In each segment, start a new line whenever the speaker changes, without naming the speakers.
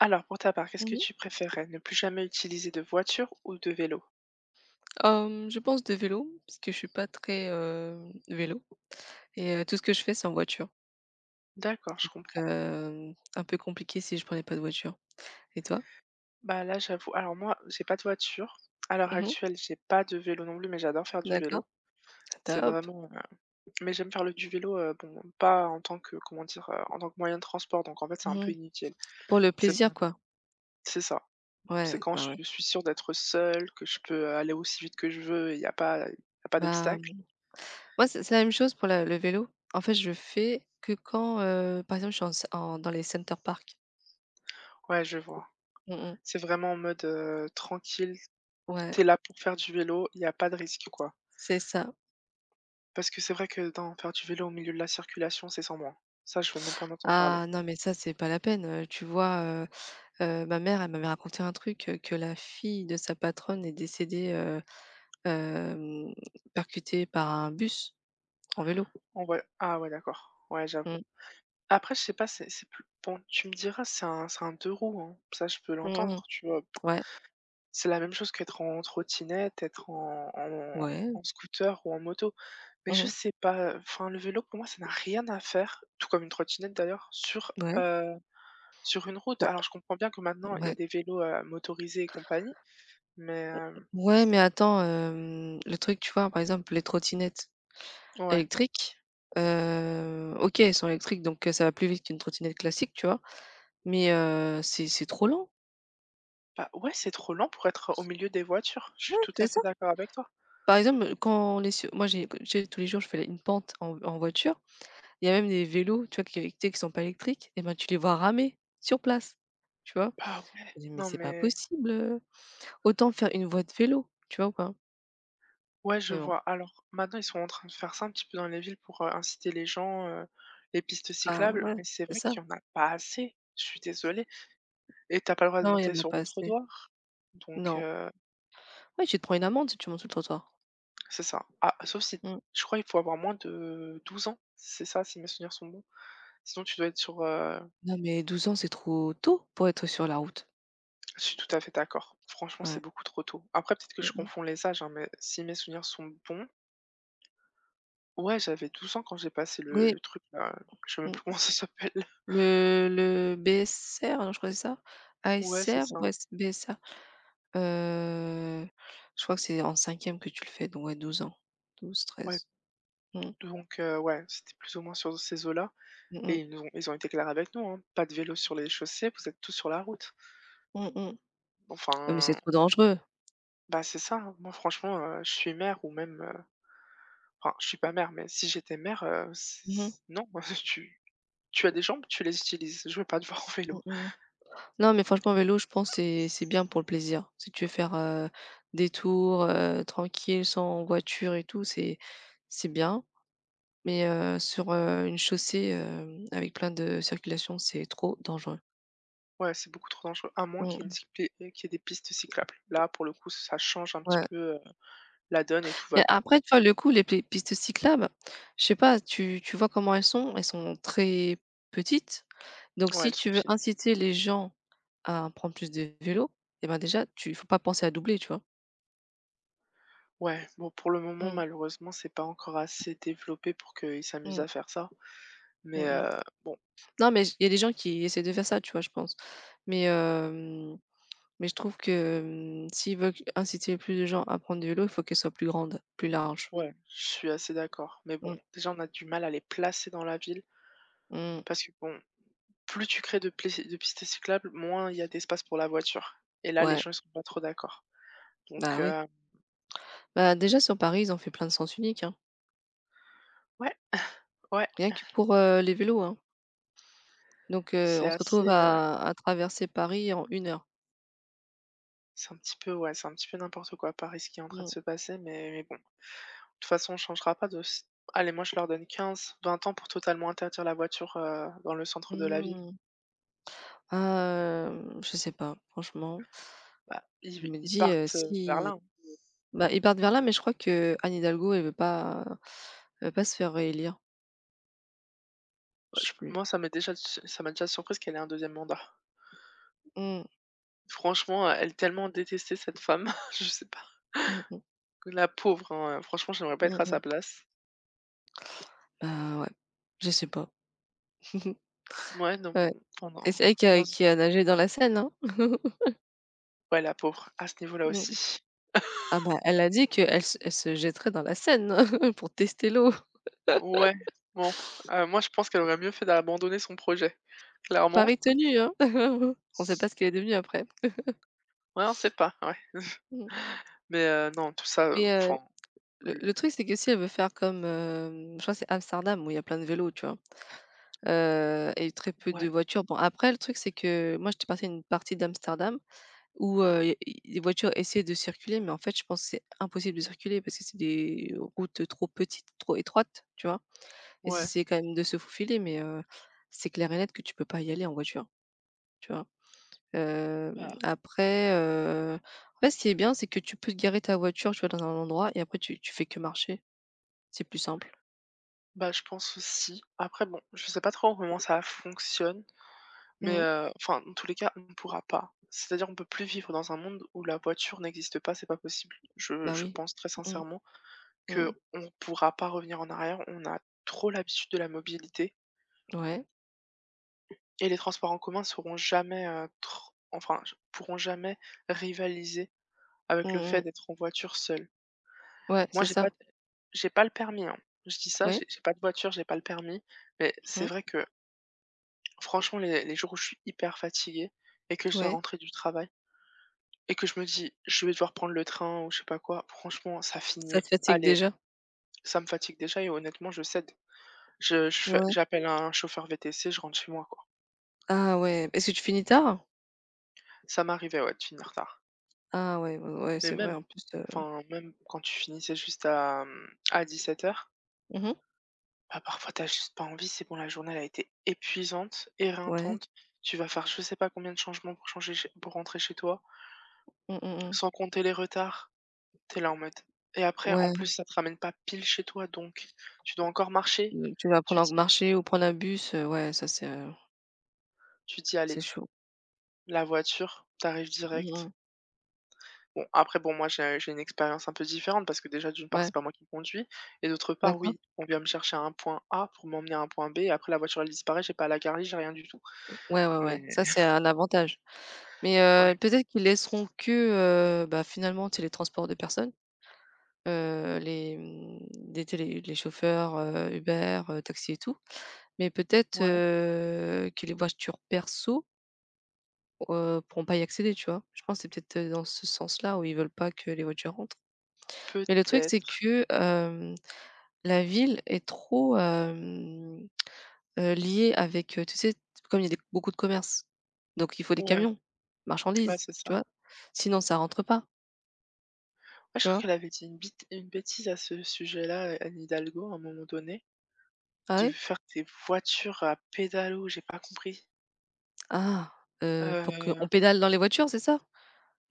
Alors pour ta part, qu'est-ce
Mmh
que
mh.
tu préférerais? Ne plus jamais utiliser de voiture ou de vélo?
Je pense de vélo, parce que je suis pas très, vélo et tout ce que je fais, c'est en voiture.
D'accord, je
Donc
comprends.
un peu compliqué si je prenais pas de voiture. Et toi?
Bah là, j'avoue, alors moi, j'ai pas de voiture. À l'heure
Mmh.
actuelle, j'ai pas de vélo non plus, mais j'adore faire du
D'accord,
vélo. C'est
top.
vraiment, mais j'aime faire le du vélo, bon, pas en tant que, comment dire, en tant que moyen de transport. Donc en fait, c'est un peu
Mmh.
inutile.
Pour le
C'est
plaisir,
vraiment,
quoi.
c'est ça. C'est quand
Ouais.
je suis sûre d'être seule, que je peux aller aussi vite que je veux, il n'y a pas, y a pas
Bah,
d'obstacle.
mmh, moi, c'est la même chose pour la le vélo. En fait, je fais que quand, par exemple, je suis en ce en dans les Center Park.
Ouais, je vois.
Mmh mh.
C'est vraiment en mode tranquille.
Ouais,
T'es là pour faire du vélo, il n'y a pas de risque, quoi.
c'est ça.
Parce que c'est vrai que dans faire du vélo au milieu de la circulation, c'est sans moi. Ça, je veux même pas en entendre parler.
Ah non, mais ça, c'est pas la peine, tu vois, ma mère, elle m'avait raconté un truc, que la fille de sa patronne est décédée, Hem, percuté par un bus en vélo.
En vrai ah ouais, d'accord. Ouais, j'avoue.
Mmh.
Après, je sais pas, c'est plus bon, tu me diras, c'est un 2 roues, hein. Ça, je peux
Mmh mh.
l'entendre, tu vois? P
Ouais,
C'est la même chose qu'être en trottinette, être en en
ouais.
en scooter ou en moto. Mais je
Mmh.
sais pas, enfin, le vélo, pour moi, ça n'a rien à faire, tout comme une trottinette d'ailleurs,
Ouais,
heu, sur une route.
bah,
Alors, je comprends bien que maintenant, il y a
ouais.
des vélos, motorisés et compagnie, mais,
Ouais, mais attends, le truc, tu vois, par exemple, les trottinettes
ouais.
électriques, OK, elles sont électriques, donc ça va plus vite qu'une trottinette classique, tu vois? Mais
Mmh.
c'est trop lent.
Bah, ouais, c'est trop lent pour être au milieu des voitures. Je suis
Ouais,
tout
c'est
à
ça.
fait d'accord avec toi.
Par exemple, quand on est sur moi, j'ai tu tous les jours, je fais une pente en voiture. Il y a même des vélos, tu vois, qui tu sais, qui sont pas électriques et ben, tu les vois ramer sur place, tu vois?
Bah ouais,
Je dis: «Mais
non
c'est pas
mais
possible, autant faire une voie de vélo, tu vois ou pas?
ouais, je
Mais bon.
vois. Alors maintenant, ils sont en train de faire ça un petit peu dans les villes pour inciter les gens, les pistes
Ah
cyclables,
ouais,
mais c'est
c'est
vrai
ça.
qu'il y en a pas assez. Je suis désolée. Et t'as pas le droit de
Non, il y
monter
en a
sur
pas
le
assez.
trottoir. Donc
Non. Ouais, tu te prends une amende si tu montes sur le trottoir.
c'est ça. Ah, sauf si
Mmh.
je crois qu'il faut avoir moins de 12 ans. C'est ça, si mes souvenirs sont bons. Sinon, tu dois être sur.
Non, mais 12 ans, c'est trop tôt pour être sur la route.
Je suis tout à fait d'accord. Franchement, c'est
Ouais.
beaucoup trop tôt. Après, peut-être que
Mmh
je
mh.
confonds les âges, hein, mais si mes souvenirs sont bons, ouais, j'avais 12 ans quand j'ai passé le
Oui,
le truc là, je sais même plus
mmh.
comment ça s'appelle.
Le BSR, non, je crois que c'est ça?
Ouais, c'est
ASR?
ça.
Ouais, c'est BSR. Heu, je crois que c'est en cinquième que tu le fais, donc ouais, 12 ans. Douze,
Ouais,
treize. Mmh.
donc ouais, c'était plus ou moins sur ces eaux-là
Mmh
et
mh.
ils ont été clairs avec nous, hein: «Pas de vélo sur les chaussées, vous êtes tous sur la route».
Mmh mh. Ouais, mais c'est
Enfin,
trop dangereux.
bah, c'est ça, hein. Moi franchement, je suis mère ou même, enfin je suis pas mère, mais si j'étais mère, c'est
Mmh mh.
c'est non, tu tu as des jambes, tu les utilises, je vais pas te voir en vélo.
Mmh. Non, mais franchement, vélo, je pense, que c'est bien pour le plaisir. Si tu veux faire, des tours, tranquille, sans voiture et tout, c'est bien. Mais, sur, une chaussée, avec plein de circulation, c'est trop dangereux.
Ouais, c'est beaucoup trop dangereux, à moins qu'il y ait
Mmh,
des pistes cyclables. Là, pour le coup, ça change un petit
ouais.
peu, la donne et tout va
Mais
bien.
après, tu vois, le coup, les pé pistes cyclables, je sais pas, tu vois comment elles sont? Elles sont très petites. Donc
Ouais,
si
elles sont
tu veux
fines.
inciter les gens à prendre plus de vélo, et ben, déjà, tu faut pas penser à doubler, tu vois?
Ouais, bon pour le moment
Mmh,
malheureusement c'est pas encore assez développé pour qu'ils s'amusent
mmh,
à faire ça, mais
mmh mh.
bon,
Non, mais il y a des gens qui essaient de faire ça, tu vois, je pense. Mais, mais je trouve que, s'ils veulent inciter plus de gens à prendre du vélo, il faut qu'elle soit plus grande, plus large.
ouais, je suis assez d'accord. Mais bon,
Mmh,
déjà on a du mal à les placer dans la ville
mmh,
parce que bon, plus tu crées de pistes cyclables, moins il y a d'espace pour la voiture et là les
ouais,
gens ils sont pas trop d'accord. Donc
bah, oui. Bah, déjà sur Paris, ils ont fait plein de sens uniques, hein,
ouais, ouais,
rien que pour, les vélos, hein. Donc,
c'est
on se
assez,
retrouve à traverser Paris en 1 heure.
c'est un petit peu ouais, c'est un petit peu n'importe quoi à Paris ce qui est en train de
Mmh,
se passer, mais bon. De toute façon on changera pas. De s Allez, moi je leur donne 15-20 ans pour totalement interdire la voiture, dans le centre de la ville.
mmh. Je sais pas, franchement.
Bah,
Je
ils
me
ils
dis,
partent, vers
si
là, hein.
bah, ils partent vers là, mais je crois que Anne Hidalgo, elle veut pas se faire réélire,
Bah,
je
je
sais plus.
moi, ça m'a déjà surprise qu'elle ait un deuxième mandat.
Mmh.
Franchement, elle tellement détestait cette femme, je sais pas.
Mmh mh.
La pauvre, hein, franchement, j'aimerais pas
Mmh
être à sa
mh.
place.
Bah, ouais, je sais pas.
Ouais, non,
Ouais
enfin, dans
et c'est elle qui a
dans
qui a nagé dans la Seine, hein?
ouais, la pauvre, à ce niveau-là
Mmh.
aussi.
Ah bah, elle a dit qu'elle se jetterait dans la Seine pour tester l'eau.
Ouais, bon, moi, je pense qu'elle aurait mieux fait d'abandonner son projet,
Pari
clairement.
tenu, hein? On sait pas ce qu'elle est devenue après.
Ouais, on sait pas, ouais.
Mmh.
Mais non, tout ça,
Mais
enfin,
le
l
le truc, c'est que si elle veut faire comme, je crois que c'est Amsterdam où il y a plein de vélos, tu vois? Et très peu de
ouais,
voitures. Bon, après le truc, c'est que moi, j'étais partie à une partie d'Amsterdam où,
mmh,
i les voitures essaient de circuler, mais en fait, je pense que c'est impossible de circuler parce que c'est des routes trop petites, trop étroites, tu vois? Ils
ouais,
c'est quand même de se faufiler, mais c'est clair et net que tu peux pas y aller en voiture, tu vois?
bah
Après, en fait, ce qui est bien, c'est que tu peux te garer ta voiture, tu vois, dans un endroit et après tu fais que marcher. C'est plus simple.
bah, je pense aussi. Après bon, je sais pas trop comment ça fonctionne. Mais,
Mmh.
enfin, dans tous les cas, on ne pourra pas. C'est-à-dire on peut plus vivre dans un monde où la voiture n'existe pas, c'est pas possible. Je
Bah
je
oui.
pense très
Mmh.
sincèrement que
Mmh.
on ne pourra pas revenir en arrière, on a trop l'habitude de la mobilité
Ouais.
et les transports en commun seront jamais, tr enfin, j pourront jamais rivaliser avec le
Mmh mh.
fait d'être en voiture seul.
Ouais,
Moi,
c'est ça.
j'ai pas le permis, hein. Je dis ça,
Ouais.
j'ai pas de voiture, j'ai pas le permis, mais c'est
Mmh.
vrai que franchement les jours où je suis hyper fatiguée et que je dois
Ouais.
rentrer du travail. Et que je me dis: «Je vais devoir prendre le train» ou je sais pas quoi, franchement, ça
Ça
finit
te fatigue
allez,
déjà?
ça me fatigue déjà et honnêtement, je cède. Je fais
Ouais.
j'appelle un chauffeur VTC, je rentre chez moi, quoi.
Ah ouais. Est-ce que tu finis tard?
Ça m'arrivait, ouais, de finir tard.
Ah ouais, ouais, ouais,
Mais
c'est vrai
même
en plus,
même quand tu finissais juste à, à 17 h,
mmh.
bah, parfois t'as juste pas envie, c'est bon, la journée, elle a été épuisante,
Ouais.
éreintante. Tu vas faire je sais pas combien de changements pour rentrer chez toi,
Mmh, mmh
sans
mh.
compter les retards. T'es là en mode et après, en plus,
Ouais,
ça te ramène pas pile chez toi, donc tu dois encore marcher.
tu vas
Tu
prendre un
dis
marché ou prendre un bus, ouais, ça
tu dis:
c'est
«Allez,
chaud.
la voiture», t'arrives
Mmh
direct.
mh.
Bon, après, bon, moi, j'ai une expérience un peu différente parce que déjà, d'une part,
Ouais,
c'est pas moi qui conduis et d'autre part,
d'accord.
oui, on vient me chercher à un point A pour m'emmener à un point B et après la voiture, elle disparaît, j'ai pas à la carlie, j'ai rien du tout.
Ouais, ouais, ouais,
Mais
ça c'est un avantage. Mais
ouais,
peut-être qu'ils laisseront que, bah, finalement, tu les transports de personnes, les, mmh, les tu les chauffeurs, Uber, taxi et tout. Mais peut-être,
ouais,
que les voitures perso, pourront pas y accéder, tu vois? Je pense que c'est peut-être, dans ce sens-là où ils veulent pas que les voitures rentrent. Mais le truc, c'est
peut-être.
que, la ville est trop, liée avec, tu sais, comme il y a des beaucoup de commerces, donc il faut des
Ouais,
camions,
ouais,
marchandises,
c'est
tu
ça.
vois? Sinon ça rentre pas,
Ouais, je
tu
crois
vois?
qu'elle avait dit une bêtise à ce sujet-là, Anne Hidalgo, à un moment donné.
Ah
De
ouais?
faire des voitures à pédalo, j'ai pas compris.
Ah, pour qu'on
Heu,
pédale dans les voitures, c'est ça?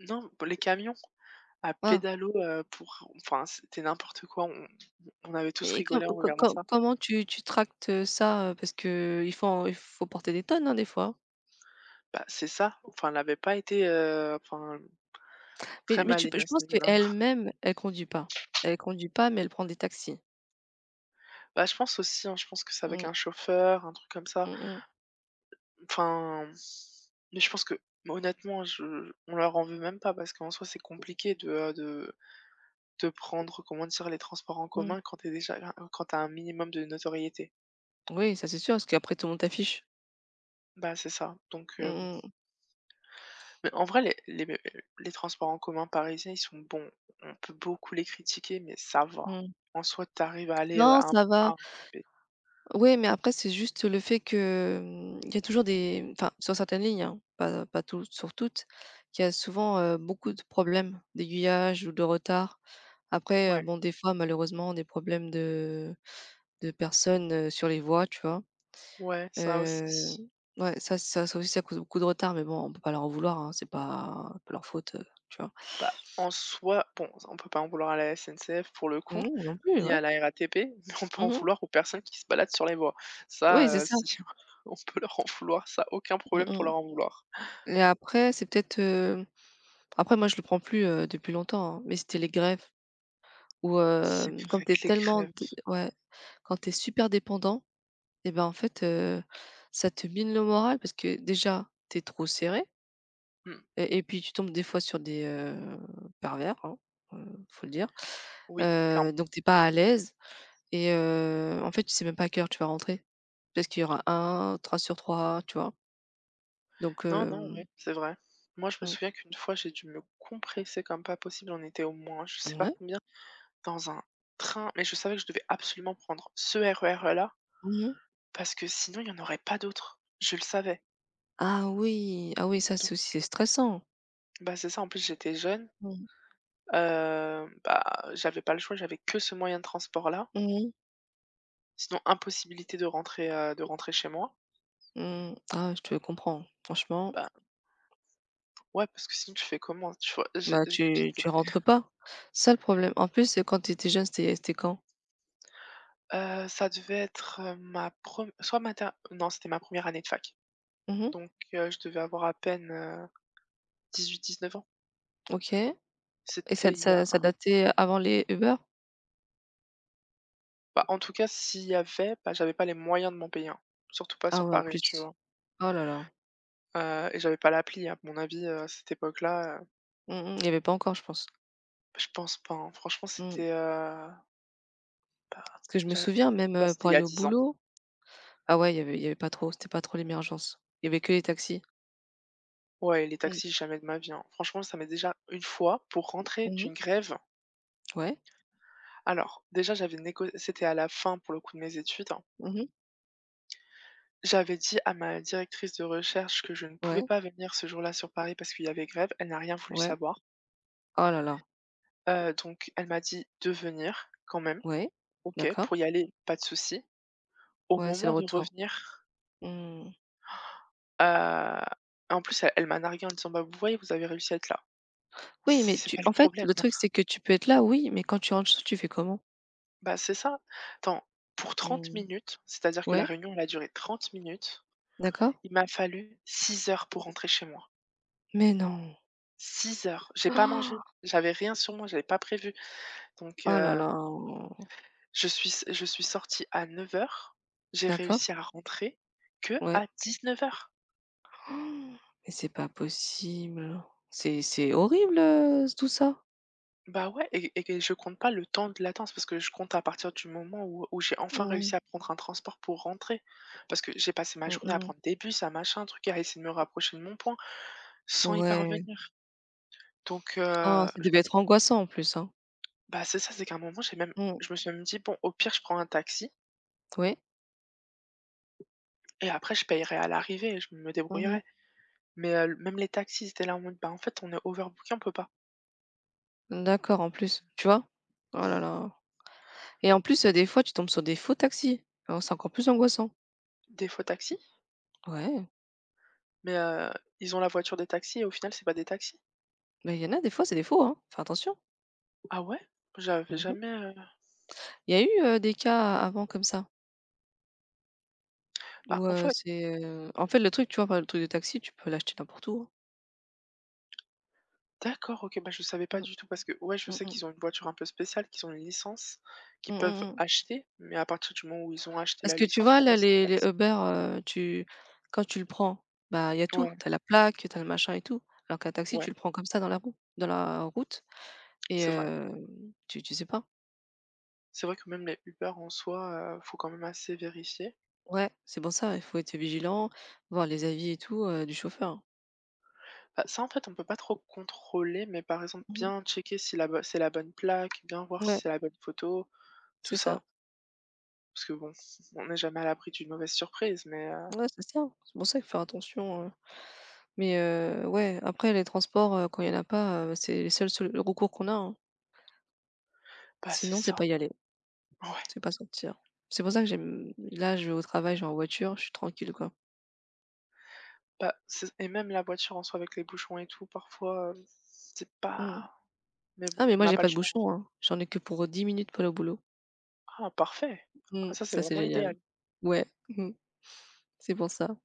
non, les camions à
Ah
pédalo, pour enfin, c'était n'importe quoi. On avait tous
et com
rigolé en
co
regardant
co
ça.
comment tu tractes, ça, parce que il faut porter des tonnes, hein, des fois, hein?
Bah, c'est ça, enfin, elle avait pas été, enfin,
Mais
très
mais tu peux
maligne
je
à ce
pense
niveau-là.
qu'elle-même, elle conduit pas. Elle conduit pas, mais elle prend des taxis.
Bah, je pense aussi, hein, je pense que c'est avec
Mmh.
un chauffeur, un truc comme ça.
Mmh mh.
Enfin, mais je pense que honnêtement, je on leur en veut même pas parce qu'en soi, c'est compliqué de, de prendre, comment dire, les transports en
Mmh.
commun quand tu as un minimum de notoriété.
Oui, ça c'est sûr, parce qu'après tout le monde t'affiche.
Bah, c'est ça, donc bon.
Mmh mh.
Mais en vrai, les transports en commun parisiens, ils sont bons. On peut beaucoup les critiquer, mais ça va.
Mmh.
En soi, t'arrives à aller,
Non,
à un
ça
point A,
va.
à un point B.
Oui, mais après, c'est juste le fait que, il y a toujours des enfin, sur certaines lignes, hein, pas tout sur toutes, qu'il y a souvent, beaucoup de problèmes d'aiguillage ou de retard. Après,
Ouais,
bon, des fois, malheureusement, des problèmes de personnes, sur les voies, tu vois?
ouais, ça
Heu,
aussi.
ouais, ça aussi, ça cause beaucoup de retard, mais bon, on peut pas leur en vouloir, hein, c'est pas leur faute, tu vois?
Bah, en soi, bon, on peut pas en vouloir à la SNCF pour le coup,
Mmh, non plus,
ni
ouais.
à la RATP, mais on peut en
Mmh.
vouloir aux personnes qui se baladent sur les voies.
Oui, c'est
Ça,
ça.
si, on peut leur en vouloir, ça, aucun
Mmh
problème pour
mh.
leur en vouloir.
Et après, c'est peut-être, après moi je le prends plus, depuis longtemps, hein, mais c'était les greffes où,
C'est
comme
vrai
tu
que les
tellement
grèves,
d ouais, quand t'es super dépendant et ben, en fait, ça te mine le moral parce que déjà, t'es trop serré
mmh,
et puis tu tombes des fois sur des, pervers, hein, faut le dire.
oui, clairement.
Donc t'es pas à l'aise et en fait, tu sais même pas à quelle heure tu vas rentrer. Parce qu'il y aura un, 3 sur 3, tu vois? Donc
Non, non, oui, c'est vrai. Moi, je me
mmh,
souviens qu'une fois, j'ai dû me compresser comme pas possible. On était au moins, je sais pas
ouais.
combien, dans un train, mais je savais que je devais absolument prendre ce RER-là
Mmh.
parce que sinon, il n'y en aurait pas d'autres. Je le savais.
Ah oui, ah oui, ça c'est
Donc,
aussi c'est stressant.
bah, c'est ça. En plus, j'étais jeune.
Mmh.
Bah, j'avais pas le choix. J'avais que ce moyen de transport-là.
Mmh mh.
Sinon, impossibilité de de rentrer chez moi.
Mmh. Ah, je te comprends. Franchement,
Bah, ouais, parce que sinon, tu fais comment? Tu vois,
bah, tu
j'étais-
tu rentres pas. C'est ça le problème. En plus, quand tu étais jeune, c'était quand?
Ça devait être ma première, soit mater, non, c'était ma première année de fac.
Mhm.
Donc je devais avoir à peine, 18-19 ans.
OK et ça
C'était il y
ça
a
ça datait avant les Uber?
bah, en tout cas, s'il y avait, bah, j'avais pas les moyens de m'en payer un, surtout pas
Ah
sur
ouais, en
Paris, tu
plus.
vois?
Oh là là.
Et j'avais pas l'appli, à mon avis, à cette époque-là,
Mmh mmh. Il y avait pas encore, je pense.
je pense pas, hein. Franchement,
Mmh.
c'était, bah,
Parce que je me
j'a
souviens même,
bah, c'était
pour
il y
aller
a
au
10 ans.
boulot ah ouais, il y avait pas trop, c'était pas trop l'émergence. Il y avait que les taxis.
Ouais, les
Mhm.
taxis, jamais de ma vie, hein. Franchement, ça m'est déjà une fois, pour rentrer
Mmh.
d'une grève.
Ouais.
Alors déjà, j'avais négo c'était à la fin, pour le coup, de mes études.
Mhm.
J'avais dit à ma directrice de recherche que je ne pouvais
Ouais,
pas venir ce jour-là sur Paris parce qu'il y avait grève. Elle n'a rien voulu
ouais.
savoir.
Oh là là.
Donc elle m'a dit de venir quand même.
Ouais.
OK,
D'accord.
pour y aller, pas de souci. Au
Ouais, c'est le
moment de
retour.
revenir,
Mmh.
heu, en plus, elle m'a narguée en disant: «Bah, vous voyez, vous avez réussi à être là».
Oui, mais
C'est
tu
pas le
en fait,
problème,
le
hein.
truc, c'est que tu peux être là, oui, mais quand tu rentres chez toi, tu fais comment?
Bah, c'est ça. Attends, pour trente
Mmh.
minutes, c'est-à-dire que la
Ouais,
réunion, elle a duré 30 minutes,
d'accord.
il m'a fallu 6 heures pour rentrer chez moi.
Mais non.
6 heures. J'ai pas mangé, j'avais rien sur moi, j'avais pas prévu. Donc
Oh là
heu
là.
Je suis sortie à 9 heures. J'ai
D'accord,
réussi à rentrer que
ouais.
à 19 heures.
Oh, mais c'est pas possible. C'est horrible, tout ça.
Bah, ouais et je compte pas le temps de latence parce que je compte à partir du moment où j'ai enfin
Mmh,
réussi à prendre un transport pour rentrer. Parce que j'ai passé ma
mmh
journée à
mh.
prendre des bus, à machin, truc, à essayer de me rapprocher de mon point sans y
Ouais.
parvenir. Donc
Ah, ça
j
devait être angoissant en plus, hein.
bah, c'est ça, c'est qu'à un moment, j'ai même
Mmh.
je me suis même dit: «Bon, au pire, je prends un taxi
Ouais.
et après je payerai à l'arrivée et je me
Mmh.
débrouillerai». Mais même les taxis, ils étaient là en mode: «Bah, en fait, on est overbooké, on peut pas».
D'accord, en plus, tu vois? Oh là là. Et en plus, des fois, tu tombes sur des faux taxis. Alors c'est encore plus angoissant.
«Des faux taxis?»
Ouais,
Mais, ils ont la voiture des taxis et au final, c'est pas des taxis?
mais il y en a des fois, c'est des faux, hein, fais attention.
Ah ouais? J'avais
Mmh mh.
jamais,
Il y a eu, des cas avant comme ça?
bah,
Ou,
en fait
c'est, en fait, le truc, tu vois, par exemple, le truc de taxi, tu peux l'acheter n'importe où, hein.
d'accord, OK, bah, je savais pas
Mmh.
du tout parce que ouais, je
Mmh
sais
mh.
qu'ils ont une voiture un peu spéciale, qu'ils ont une licence, qu'ils
Mmh
peuvent
mh, mmh.
acheter, mais à partir du moment où ils ont acheté
Parce
la
que tu
licence,
vois,
pour moi,
là,
c'est des
les
taxis.
Uber, tu quand tu le prends, bah, il y a tout.
Ouais,
Tu as la plaque, tu as le machin et tout. Alors qu'un taxi, tu
ouais,
le prends comme ça dans la route et
c'est vrai.
tu sais pas.
C'est vrai que même les Uber en soi, faut quand même assez vérifier.
Ouais, c'est pour ça, il faut être vigilant, voir les avis et tout, du chauffeur, hein.
Bah, ça, en fait, on peut pas trop contrôler, mais par exemple,
Mmh mh.
bien checker si la bo c'est la bonne plaque, bien voir si
Ouais,
c'est la bonne photo, tout
c'est ça.
ça. Parce que bon, on n'est jamais à l'abri d'une mauvaise surprise, mais,
Ouais, c'est ça. C'est pour ça qu'il faut faire attention, mais ouais, après les transports, quand il y en a pas, c'est les seuls sol le recours qu'on a, hein.
Bah, c'est
Sinon, c'est
ça,
pas y aller,
ouais.
c'est pas sortir. C'est pour ça que j'aime là, je vais au travail, je vais en voiture, je suis tranquille, quoi.
Bah, c'est et même la voiture en soi avec les bouchons et tout parfois, c'est
Mmh.
pas mais bon,
Ah, mais moi,
on n'a
j'ai
pas le
pas de
choix, hein.
bouchon, hein. J'en ai que pour, 10 minutes pour le boulot.
Ah parfait!
Mmh,
Ah ça, c'est
ça, c'est
vraiment
génial.
l'idéal.
Ouais, mmh, c'est pour ça.